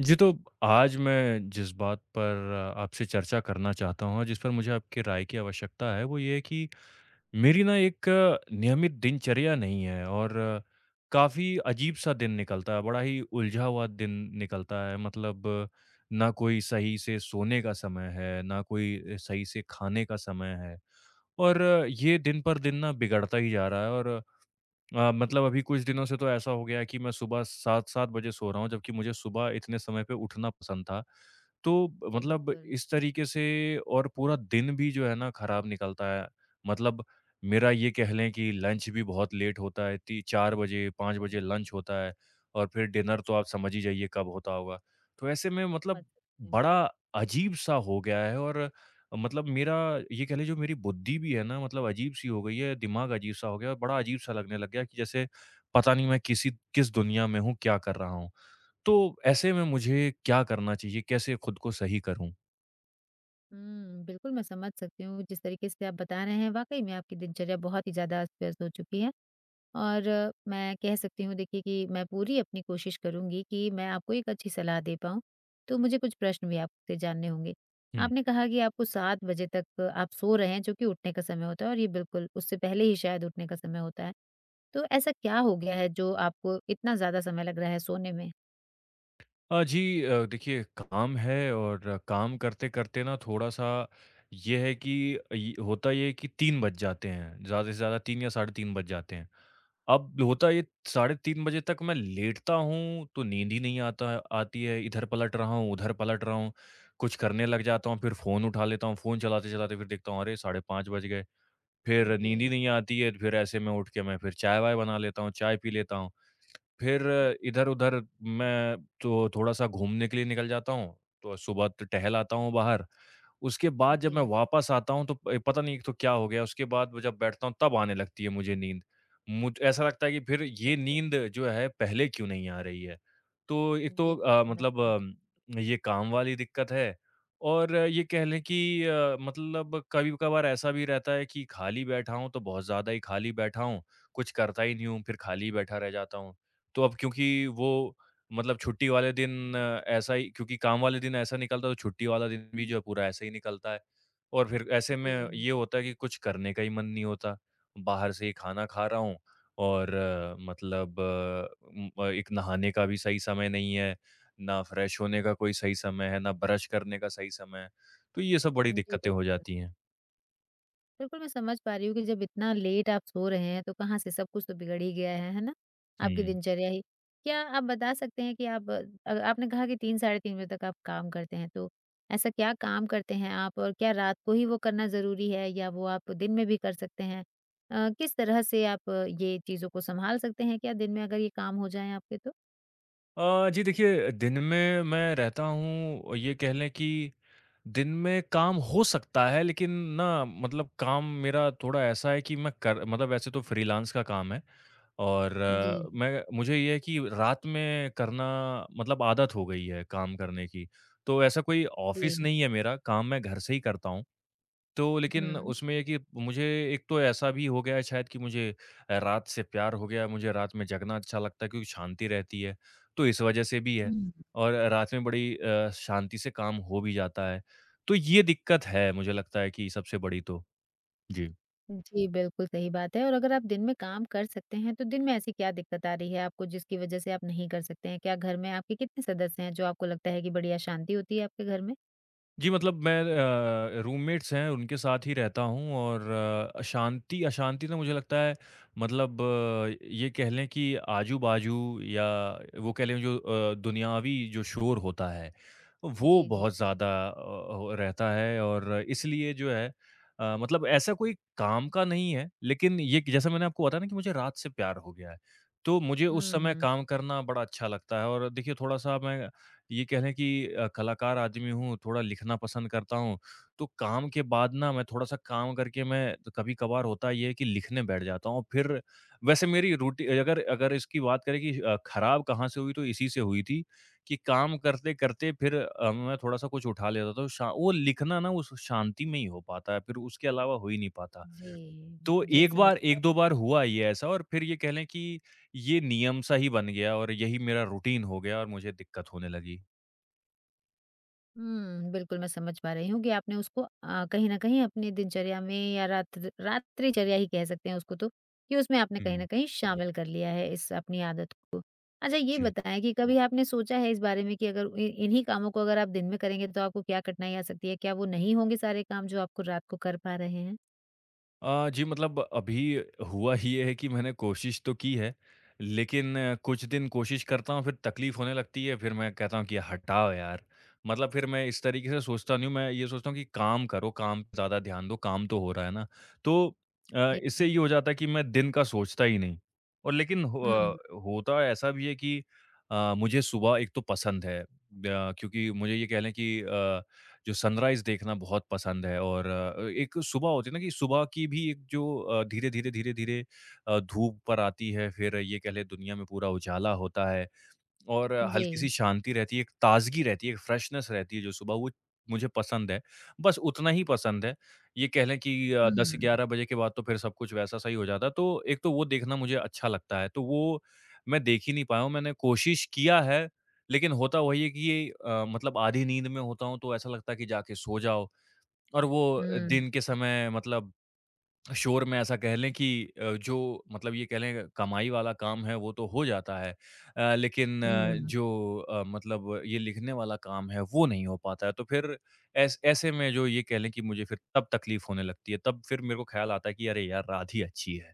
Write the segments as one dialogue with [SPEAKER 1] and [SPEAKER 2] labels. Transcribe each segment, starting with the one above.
[SPEAKER 1] जी, तो आज मैं जिस बात पर आपसे चर्चा करना चाहता हूँ और जिस पर मुझे आपकी राय की आवश्यकता है, वो ये है कि मेरी ना एक नियमित दिनचर्या नहीं है और काफ़ी अजीब-सा दिन निकलता है, बड़ा ही उलझा हुआ दिन निकलता है। मतलब ना कोई सही से सोने का समय है, ना कोई सही से खाने का समय है और ये दिन पर दिन ना बिगड़ता ही जा रहा है और मतलब अभी कुछ दिनों से तो ऐसा हो गया है कि मैं सुबह 7-7 बजे सो रहा हूँ, जबकि मुझे सुबह इतने समय पे उठना पसंद था। तो
[SPEAKER 2] जी,
[SPEAKER 1] मतलब
[SPEAKER 2] बिल्कुल,
[SPEAKER 1] इस तरीके से और पूरा दिन भी जो है ना खराब निकलता है। मतलब मेरा ये कह लें कि लंच भी बहुत लेट होता है, ती 4 बजे, 5 बजे लंच होता है और फिर डिनर तो आप समझ ही जाइए कब होता होगा। तो ऐसे में
[SPEAKER 2] समझ
[SPEAKER 1] मतलब
[SPEAKER 2] सकती हूँ।
[SPEAKER 1] बड़ा अजीब-सा हो गया है और मतलब मेरा ये कह लीजिए जो मेरी बुद्धि भी है ना मतलब अजीब-सी हो गई है, दिमाग अजीब-सा हो गया है और बड़ा अजीब-सा लगने लग गया है कि जैसे पता नहीं मैं किस दुनिया में हूँ, क्या कर रहा हूँ? तो ऐसे में मुझे क्या करना चाहिए? कैसे खुद को सही करूँ?
[SPEAKER 2] हुँ, बिल्कुल मैं समझ सकती हूँ जिस तरीके से आप बता रहे हैं, वाक़ई में आपकी दिनचर्या बहुत ही ज़्यादा अस्त व्यस्त हो चुकी है। और मैं कह सकती हूँ, देखिए कि मैं पूरी अपनी कोशिश करूँगी कि मैं आपको एक अच्छी सलाह दे पाऊँ। तो मुझे कुछ प्रश्न भी आपसे जानने होंगे।
[SPEAKER 1] हुँ।
[SPEAKER 2] आपने कहा कि आपको 7 बजे तक आप सो रहे हैं, जो कि उठने का समय होता है और ये बिल्कुल उससे पहले ही शायद उठने का समय होता है। तो ऐसा क्या हो गया है जो आपको इतना ज़्यादा समय लग रहा है सोने में?
[SPEAKER 1] जी देखिए काम है और काम करते-करते ना थोड़ा-सा ये है कि इ होता ये है कि 3 बज जाते हैं, ज़्यादा से ज़्यादा 3 या साढ़े 3 बज जाते हैं। अब होता ये 3:30 बजे तक मैं लेटता हूँ, तो नींद ही नहीं आता है आती है, इधर पलट रहा हूँ, उधर पलट रहा हूँ, कुछ करने लग जाता हूँ, फिर फ़ोन उठा लेता हूँ, फ़ोन चलाते-चलाते फिर देखता हूँ, अरे! 5:30 बज गए, फिर नींद ही
[SPEAKER 2] जी,
[SPEAKER 1] नहीं आती है, फिर ऐसे में उठ के मैं फिर चाय-वाय बना लेता हूँ, चाय पी लेता हूँ। फिर इधर-उधर मैं तो थोड़ा-सा घूमने के लिए निकल जाता हूँ, तो सुबह त टहल आता हूँ बाहर। उसके बाद जब मैं
[SPEAKER 2] जी,
[SPEAKER 1] वापस आता हूँ तो प पता नहीं एक तो क्या हो गया, उसके बाद मैं जब बैठता हूँ तब आने लगती है मुझे नींद। मुझ ऐसा लगता है कि फिर ये
[SPEAKER 2] बिल्कुल।
[SPEAKER 1] नींद जो है पहले क्यों नहीं आ रही है? तो एक
[SPEAKER 2] जी,
[SPEAKER 1] तो
[SPEAKER 2] बिल्कुल मैं
[SPEAKER 1] मतलब
[SPEAKER 2] समझ।
[SPEAKER 1] ये काम वाली दिक्कत है और ये कह लें कि मतलब कभी-कभार ऐसा भी रहता है कि खाली बैठा हूँ तो बहुत ज़्यादा ही खाली बैठा हूँ, कुछ करता ही नहीं हूँ, फिर खाली बैठा रह जाता हूँ। तो अब क्योंकि वो मतलब छुट्टी वाले दिन ऐसा ही क्योंकि काम वाले दिन ऐसा निकलता है तो छुट्टी वाला दिन भी जो है पूरा ऐसे ही निकलता है। और फिर ऐसे में
[SPEAKER 2] जी।
[SPEAKER 1] ये होता है कि कुछ करने का ही मन नहीं होता। बाहर से ही खाना खा रहा हूँ और मतलब एक नहाने का भी सही समय नहीं है, ना फ्रेश होने का कोई सही समय है, ना ब्रश करने का सही समय है। तो ये सब बड़ी
[SPEAKER 2] जी,
[SPEAKER 1] दिक्कतें हो
[SPEAKER 2] बिल्कुल।
[SPEAKER 1] जाती हैं।
[SPEAKER 2] बिल्कुल, मैं समझ पा रही हूँ कि जब इतना लेट आप सो रहे हैं, तो कहाँ से सब कुछ तो बिगड़ ही गया है ना? आपकी
[SPEAKER 1] हुँ।
[SPEAKER 2] दिनचर्या ही। क्या आप बता सकते हैं कि आपने कहा कि 3 साढ़े 3 बजे तक आप काम करते हैं, तो ऐसा क्या काम करते हैं आप, और क्या रात को ही वो करना ज़रूरी है या वो आप दिन में भी कर सकते हैं? किस तरह से आप ये चीज़ों को सँभाल सकते हैं? क्या दिन में अगर ये काम हो जाएँ आपके तो?
[SPEAKER 1] जी देखिए, दिन में मैं रहता हूँ ये कह लें कि दिन में काम हो सकता है लेकिन ना मतलब काम मेरा थोड़ा ऐसा है कि मैं कर मतलब वैसे तो फ्रीलांस का काम है और
[SPEAKER 2] जी,
[SPEAKER 1] मैं मुझे ये है कि रात में करना मतलब आदत हो गई है काम करने की। तो ऐसा कोई
[SPEAKER 2] जी।
[SPEAKER 1] ऑफ़िस नहीं है मेरा, काम मैं घर से ही करता हूँ। तो लेकिन
[SPEAKER 2] हुँ।
[SPEAKER 1] उसमें ये कि मुझे एक तो ऐसा भी हो गया है शायद कि मुझे रात से प्यार हो गया, मुझे रात में जगना अच्छा लगता है क्योंकि शांति रहती है, तो इस वजह से भी है और रात में बड़ी शांति से काम हो भी जाता है। तो ये दिक्कत है, मुझे लगता है कि सबसे बड़ी तो। जी।
[SPEAKER 2] जी, बिल्कुल सही बात है। और अगर आप दिन में काम कर सकते हैं, तो दिन में ऐसी क्या दिक्कत आ रही है आपको, जिसकी वज़ह से आप नहीं कर सकते हैं? क्या घर में आपके कितने सदस्य हैं, जो आपको लगता है कि बड़ी अशांति होती है आपके घर में?
[SPEAKER 1] जी, मतलब मैं रूममेट्स हैं, उनके साथ ही रहता हूँ और अशांति अशांति तो मुझे लगता है मतलब ये कह लें कि आजू-बाजू या वो कह लें जो दुनियावी जो शोर होता है,
[SPEAKER 2] जी,
[SPEAKER 1] वो
[SPEAKER 2] जी, जी।
[SPEAKER 1] बहुत ज़्यादा हो रहता है और इसलिए जो है मतलब ऐसा कोई काम का नहीं है, लेकिन ये कि जैसा मैंने आपको बताया ना कि मुझे रात से प्यार हो गया है, तो मुझे उस
[SPEAKER 2] हुँ,
[SPEAKER 1] समय
[SPEAKER 2] हुँ।
[SPEAKER 1] काम करना बड़ा अच्छा लगता है और देखिए थोड़ा-सा मैं ये कह लें कि कलाकार आदमी हूँ, थोड़ा लिखना पसंद करता हूँ, तो काम के बाद ना मैं थोड़ा-सा काम करके मैं तो कभी-कभार होता ये है कि लिखने बैठ जाता हूँ। फिर वैसे मेरी रूटी अगर अगर इसकी बात करें कि खराब कहाँ से हुई तो इसी से हुई थी कि काम करते-करते फिर मैं थोड़ा-सा कुछ उठा लेता था। तो शा वो लिखना ना उस शांति में ही हो पाता है, फिर उसके अलावा हो ही नहीं पाता।
[SPEAKER 2] जी,
[SPEAKER 1] तो
[SPEAKER 2] जी
[SPEAKER 1] एक
[SPEAKER 2] समझ
[SPEAKER 1] बार
[SPEAKER 2] पा।
[SPEAKER 1] 1-2 बार हुआ ये ऐसा और फिर ये कह लें कि ये नियम सा ही बन गया और यही मेरा रूटीन हो गया और मुझे दिक्कत होने लगी।
[SPEAKER 2] हुँ, बिल्कुल मैं समझ पा रही हूँ कि आपने उसको कहीं न कहीं अपनी दिनचर्या में या रात्रिचर्या ही कह सकते हैं उसको तो, कि उसमें आपने कहीं न
[SPEAKER 1] हुँ,
[SPEAKER 2] कहीं शामिल कर लिया है इस अपनी आदत को। अच्छा, ये
[SPEAKER 1] जी।
[SPEAKER 2] बताएँ कि कभी आपने सोचा है इस बारे में कि अगर इ इन्हीं कामों को अगर आप दिन में करेंगे, तो आपको क्या कठिनाई आ सकती है? क्या वो नहीं होंगे सारे काम जो आपको रात को कर पा रहे हैं?
[SPEAKER 1] जी मतलब अभी हुआ ही ये है कि मैंने कोशिश तो की है, लेकिन कुछ दिन कोशिश करता हूँ फिर तकलीफ़ होने लगती है, फिर मैं कहता हूँ कि हटाओ यार। मतलब फिर मैं इस तरीके से सोचता नहीं हूँ, मैं ये सोचता हूँ कि काम करो, काम पे ज़्यादा ध्यान दो, काम तो हो रहा है ना। तो
[SPEAKER 2] जी।
[SPEAKER 1] इससे ये हो जाता है कि मैं दिन का सोचता ही नहीं और लेकिन
[SPEAKER 2] हुँ,
[SPEAKER 1] होता ऐसा भी है कि मुझे सुबह एक तो पसंद है क्योंकि मुझे ये कह लें कि जो सनराइज़ देखना बहुत पसंद है और एक सुबह होती है ना कि सुबह की भी एक जो धीरे-धीरे, धीरे-धीरे धूप पर आती है, फिर ये कह लें दुनिया में पूरा उजाला होता है और
[SPEAKER 2] जी।
[SPEAKER 1] हल्की-सी शांति रहती है, एक ताज़गी रहती है, एक फ्रेशनेस रहती है जो सुबह वो मुझे पसंद है। बस उतना ही पसंद है। ये कह लें कि
[SPEAKER 2] हुँ,
[SPEAKER 1] 10-11 बजे के बाद तो फिर सब कुछ वैसा-सा ही हो जाता है। तो एक तो वो देखना मुझे अच्छा लगता है। तो वो मैं देख ही नहीं पाया हूँ। मैंने कोशिश किया है, लेकिन होता वही है कि ये मतलब आधी नींद में होता हूँ तो ऐसा लगता है कि जाके सो जाओ और वो
[SPEAKER 2] हुँ,
[SPEAKER 1] दिन के समय मतलब शोर में ऐसा कह लें कि जो मतलब ये कह लें कमाई वाला काम है वो तो हो जाता है लेकिन
[SPEAKER 2] हुँ।
[SPEAKER 1] जो मतलब ये लिखने वाला काम है वो नहीं हो पाता है तो फिर ऐसे में जो ये कह लें कि मुझे फिर तब तकलीफ होने लगती है तब फिर मेरे को ख्याल आता है कि अरे यार रात ही अच्छी है।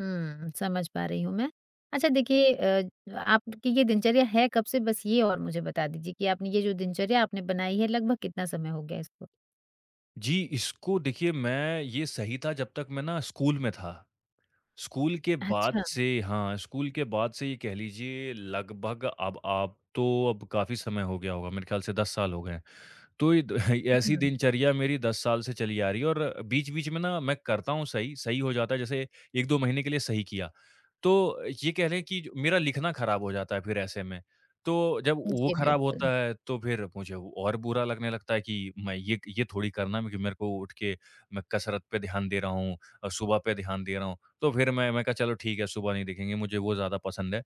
[SPEAKER 2] हुँ, समझ पा रही हूँ मैं। अच्छा, देखिए आपकी ये दिनचर्या है कब से? बस ये और मुझे बता दीजिए कि आपने ये जो दिनचर्या आपने बनाई है, लगभग कितना समय हो गया इसको?
[SPEAKER 1] जी, इसको देखिए मैं ये सही था जब तक मैं ना स्कूल में था। स्कूल के बाद
[SPEAKER 2] अच्छा,
[SPEAKER 1] से हाँ स्कूल के बाद से ये कह लीजिए लगभग अब आप तो अब काफी समय हो गया होगा मेरे ख्याल से 10 साल हो गए हैं। तो ये द ऐसी
[SPEAKER 2] हुँ।
[SPEAKER 1] दिनचर्या मेरी 10 साल से चली आ रही है और बीच-बीच में ना मैं करता हूँ सही, सही हो जाता है जैसे 1-2 महीने के लिए सही किया। तो ये कह लें कि मेरा लिखना खराब हो जाता है फिर ऐसे में। तो जब वो
[SPEAKER 2] जी,
[SPEAKER 1] खराब
[SPEAKER 2] बिल्कुल,
[SPEAKER 1] होता है तो फिर मुझे वो और बुरा लगने लगता है कि मैं ये थोड़ी करना है कि मेरे को उठ के मैं कसरत पे ध्यान दे रहा हूँ, सुबह पे ध्यान दे रहा हूँ। तो फिर मैं कहा चलो ठीक है सुबह नहीं देखेंगे मुझे वो ज़्यादा पसंद है।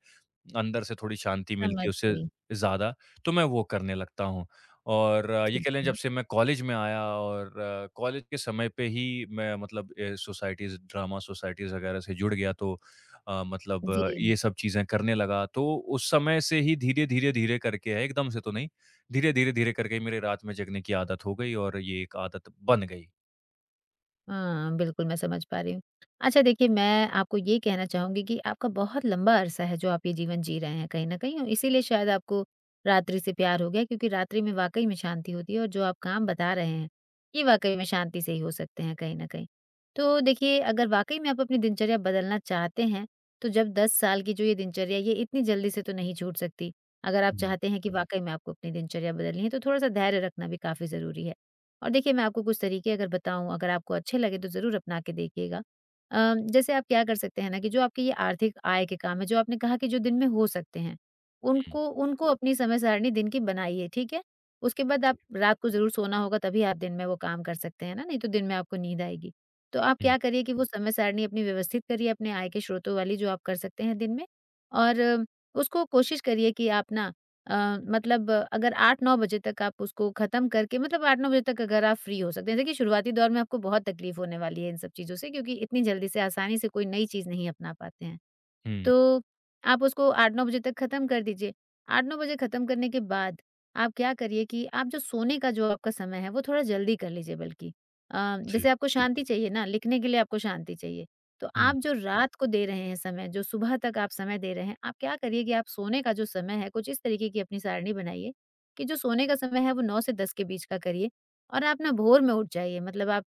[SPEAKER 1] अंदर से थोड़ी शांति मिलती
[SPEAKER 2] समझ
[SPEAKER 1] है उससे
[SPEAKER 2] गई,
[SPEAKER 1] ज़्यादा, तो मैं वो करने लगता हूँ। और ये
[SPEAKER 2] ठीक
[SPEAKER 1] कह लें
[SPEAKER 2] है।
[SPEAKER 1] जब से मैं कॉलेज में आया और कॉलेज के समय पे ही मैं मतलब सोसाइटीज़ ड्रामा सोसाइटीज़ वगैरह से जुड़ गया तो मतलब
[SPEAKER 2] जी।
[SPEAKER 1] ये सब चीज़ें करने लगा। तो उस समय से ही धीरे, धीरे, धीरे करके है एकदम से तो नहीं, धीरे, धीरे, धीरे करके ही मेरे रात में जगने की आदत हो गई और ये एक आदत बन गई।
[SPEAKER 2] हाँ, बिल्कुल मैं समझ पा रही हूँ। अच्छा, देखिए मैं आपको ये कहना चाहूँगी कि आपका बहुत लंबा अरसा है जो आप ये जीवन जी रहे हैं कहीं न कहीं, और इसीलिए शायद आपको रात्रि से प्यार हो गया, क्योंकि रात्रि में वाक़ई में शांति होती है और जो आप काम बता रहे हैं, ये वाक़ई में शांति से ही हो सकते हैं कहीं न कहीं। तो देखिए, अगर वाक़ई में आप अपनी दिनचर्या बदलना चाहते हैं, तो जब 10 साल की जो ये दिनचर्या, ये इतनी जल्दी से तो नहीं छूट सकती। अगर आप
[SPEAKER 1] हुँ,
[SPEAKER 2] चाहते हैं कि वाक़ई में आपको अपनी दिनचर्या बदलनी है, तो थोड़ा-सा धैर्य रखना भी काफ़ी ज़रूरी है। और देखिए, मैं आपको कुछ तरीके अगर बताऊँ, अगर आपको अच्छे लगे तो ज़रूर अपना के देखिएगा। जैसे आप क्या कर सकते हैं ना कि जो आपकी ये आर्थिक आय के काम है, जो आपने कहा कि जो दिन में हो सकते हैं,
[SPEAKER 1] हुँ।
[SPEAKER 2] उनको उनको अपनी समय सारिणी दिन की बनाइए, ठीक है? उसके बाद आप
[SPEAKER 1] जी।
[SPEAKER 2] रात को ज़रूर सोना होगा, तभी आप दिन में वो काम कर सकते हैं ना, नहीं तो दिन में आपको नींद आएगी। तो आप
[SPEAKER 1] हुँ,
[SPEAKER 2] क्या करिए कि वो समय सारिणी अपनी व्यवस्थित करिए, अपने आय के स्रोतों वाली, जो आप कर सकते हैं दिन में। और उसको कोशिश करिए कि आप ना, अ, मतलब अगर 8-9 बजे तक आप उसको ख़त्म करके, मतलब 8-9 बजे तक अगर आप फ्री हो सकते हैं। देखिए, शुरुआती दौर में आपको बहुत तकलीफ़ होने वाली है इन सब चीज़ों से, क्योंकि इतनी जल्दी से आसानी से कोई नई चीज़ नहीं अपना पाते हैं।
[SPEAKER 1] हुँ।
[SPEAKER 2] तो आप उसको 8-9 बजे तक खत्म कर दीजिए। 8-9 बजे खत्म करने के बाद, आप क्या करिए कि आप जो सोने का, जो आपका समय है, वो थोड़ा जल्दी कर लीजिए बल्कि।
[SPEAKER 1] जी।
[SPEAKER 2] जैसे आपको शांति चाहिए ना, लिखने के लिए आपको शांति चाहिए, तो
[SPEAKER 1] हुँ,
[SPEAKER 2] आप जो रात को दे रहे हैं समय, जो सुबह तक आप समय दे रहे हैं, आप क्या करिए कि आप सोने का जो समय है, कुछ इस तरीके की अपनी सारणी बनाइए, कि जो सोने का समय है, वो 9 से 10 के बीच का करिए, और आप ना भोर में उठ जाइए। मतलब आप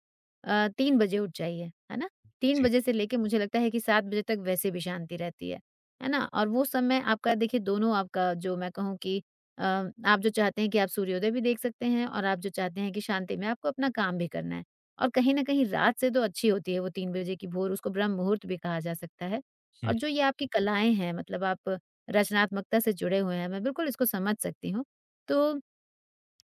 [SPEAKER 2] 3 बजे उठ जाइए, है ना? 3
[SPEAKER 1] जी।
[SPEAKER 2] बजे से लेके मुझे लगता है कि 7 बजे तक वैसे भी शांति रहती है ना? और वो समय आपका, देखिए दोनों आपका, जो मैं कहूँ कि अ, आप जो चाहते हैं कि आप सूर्योदय भी देख सकते हैं, और आप जो चाहते हैं कि शांति में आपको अपना काम भी करना है। और कहीं न कहीं रात से तो अच्छी होती है वो 3 बजे की भोर, उसको ब्रह्म मुहूर्त भी कहा जा सकता है।
[SPEAKER 1] हुँ,
[SPEAKER 2] और जो ये आपकी कलाएँ हैं, मतलब आप रचनात्मकता से जुड़े हुए हैं, मैं बिल्कुल इसको समझ सकती हूँ। तो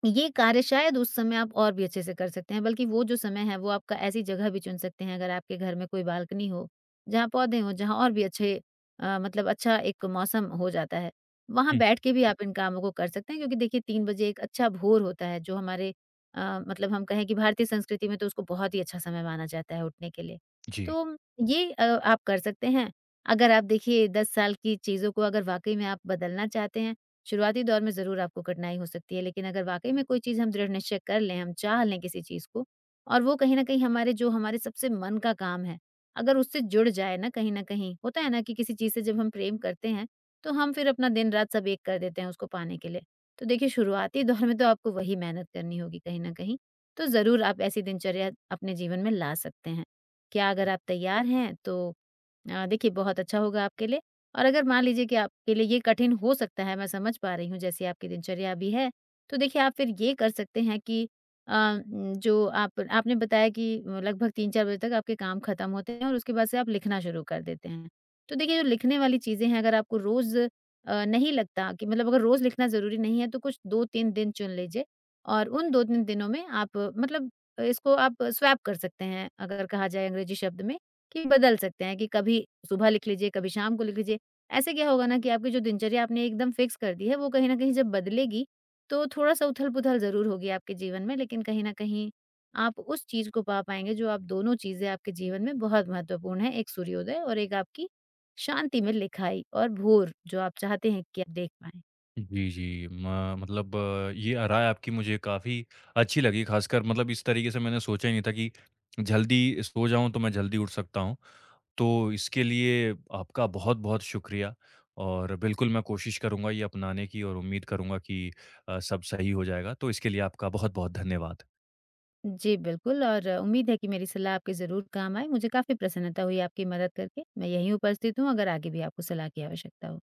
[SPEAKER 2] ये कार्य शायद उस समय आप और भी अच्छे से कर सकते हैं, बल्कि वो जो समय है वो आपका, ऐसी जगह भी चुन सकते हैं अगर आपके घर में कोई बालकनी हो, जहाँ पौधे हों, जहाँ और भी अच्छे मतलब अच्छा एक मौसम हो जाता है। वहाँ
[SPEAKER 1] हुँ।
[SPEAKER 2] बैठ के भी आप इन कामों को कर सकते हैं, क्योंकि देखिए 3 बजे एक अच्छा भोर होता है, जो हमारे मतलब हम कहें कि भारतीय संस्कृति में तो उसको बहुत ही अच्छा समय माना जाता है उठने के लिए।
[SPEAKER 1] जी।
[SPEAKER 2] तो ये आप कर सकते हैं। अगर आप देखिए 10 साल की चीज़ों को अगर वाक़ई में आप बदलना चाहते हैं, शुरुआती दौर में ज़रूर आपको कठिनाई हो सकती है, लेकिन अगर वाक़ई में कोई चीज़ हम दृढ़ निश्चय कर लें, हम चाह लें किसी चीज़ को, और वो कहीं न कहीं हमारे, जो हमारे सबसे मन का काम है, अगर उससे जुड़ जाए ना कहीं न कहीं, होता है ना कि किसी चीज़ से जब हम प्रेम करते हैं, तो हम फिर अपना दिन-रात सब एक कर देते हैं उसको पाने के लिए। तो देखिए, शुरुआती दौर में तो आपको वही मेहनत करनी होगी कहीं न कहीं, तो ज़रूर आप ऐसी दिनचर्या अपने जीवन में ला सकते हैं। क्या अगर आप तैयार हैं, तो देखिए बहुत अच्छा होगा आपके लिए। और अगर मान लीजिए कि आपके लिए ये कठिन हो सकता है, मैं समझ पा रही हूँ जैसी आपकी दिनचर्या भी है, तो देखिए आप फिर ये कर सकते हैं कि जो आप आपने बताया कि लगभग 3-4 बजे तक आपके काम खत्म होते हैं और उसके बाद से आप लिखना शुरू कर देते हैं। तो देखिए जो लिखने वाली चीज़ें हैं, अगर आपको रोज़ नहीं लगता कि, मतलब अगर रोज़ लिखना ज़रूरी नहीं है, तो कुछ 2-3 दिन चुन लीजिए, और उन 2-3 दिनों में आप मतलब इसको आप स्वैप कर सकते हैं, अगर कहा जाए अंग्रेजी शब्द में, कि बदल सकते हैं कि कभी सुबह लिख लीजिए, कभी शाम को लिख लीजिए। ऐसे क्या होगा ना कि आपकी जो दिनचर्या आपने एकदम फिक्स कर दी है, वो कहीं न कहीं जब बदलेगी, तो थोड़ा-सा उथल-पुथल ज़रूर होगी आपके जीवन में, लेकिन कहीं न कहीं आप उस चीज़ को पा पाएँगे, जो आप, दोनों चीज़ें आपके जीवन में बहुत महत्वपूर्ण हैं, एक सूर्योदय और एक आपकी शांति में लिखाई और भोर, जो आप चाहते हैं कि आप देख पाएँ।
[SPEAKER 1] जी, जी। म मतलब ये राय आपकी मुझे काफ़ी अच्छी लगी ख़ासकर मतलब इस तरीके से मैंने सोचा ही नहीं था कि जल्दी सो जाऊँ तो मैं जल्दी उठ सकता हूँ। तो इसके लिए आपका बहुत-बहुत शुक्रिया और बिल्कुल मैं कोशिश करूँगा ये अपनाने की और उम्मीद करूँगा कि सब सही हो जाएगा। तो इसके लिए आपका बहुत-बहुत धन्यवाद।
[SPEAKER 2] जी, बिल्कुल, और उम्मीद है कि मेरी सलाह आपके ज़रूर काम आए। मुझे काफ़ी प्रसन्नता हुई आपकी मदद करके। मैं यहीं उपस्थित हूँ अगर आगे भी आपको सलाह की आवश्यकता हो।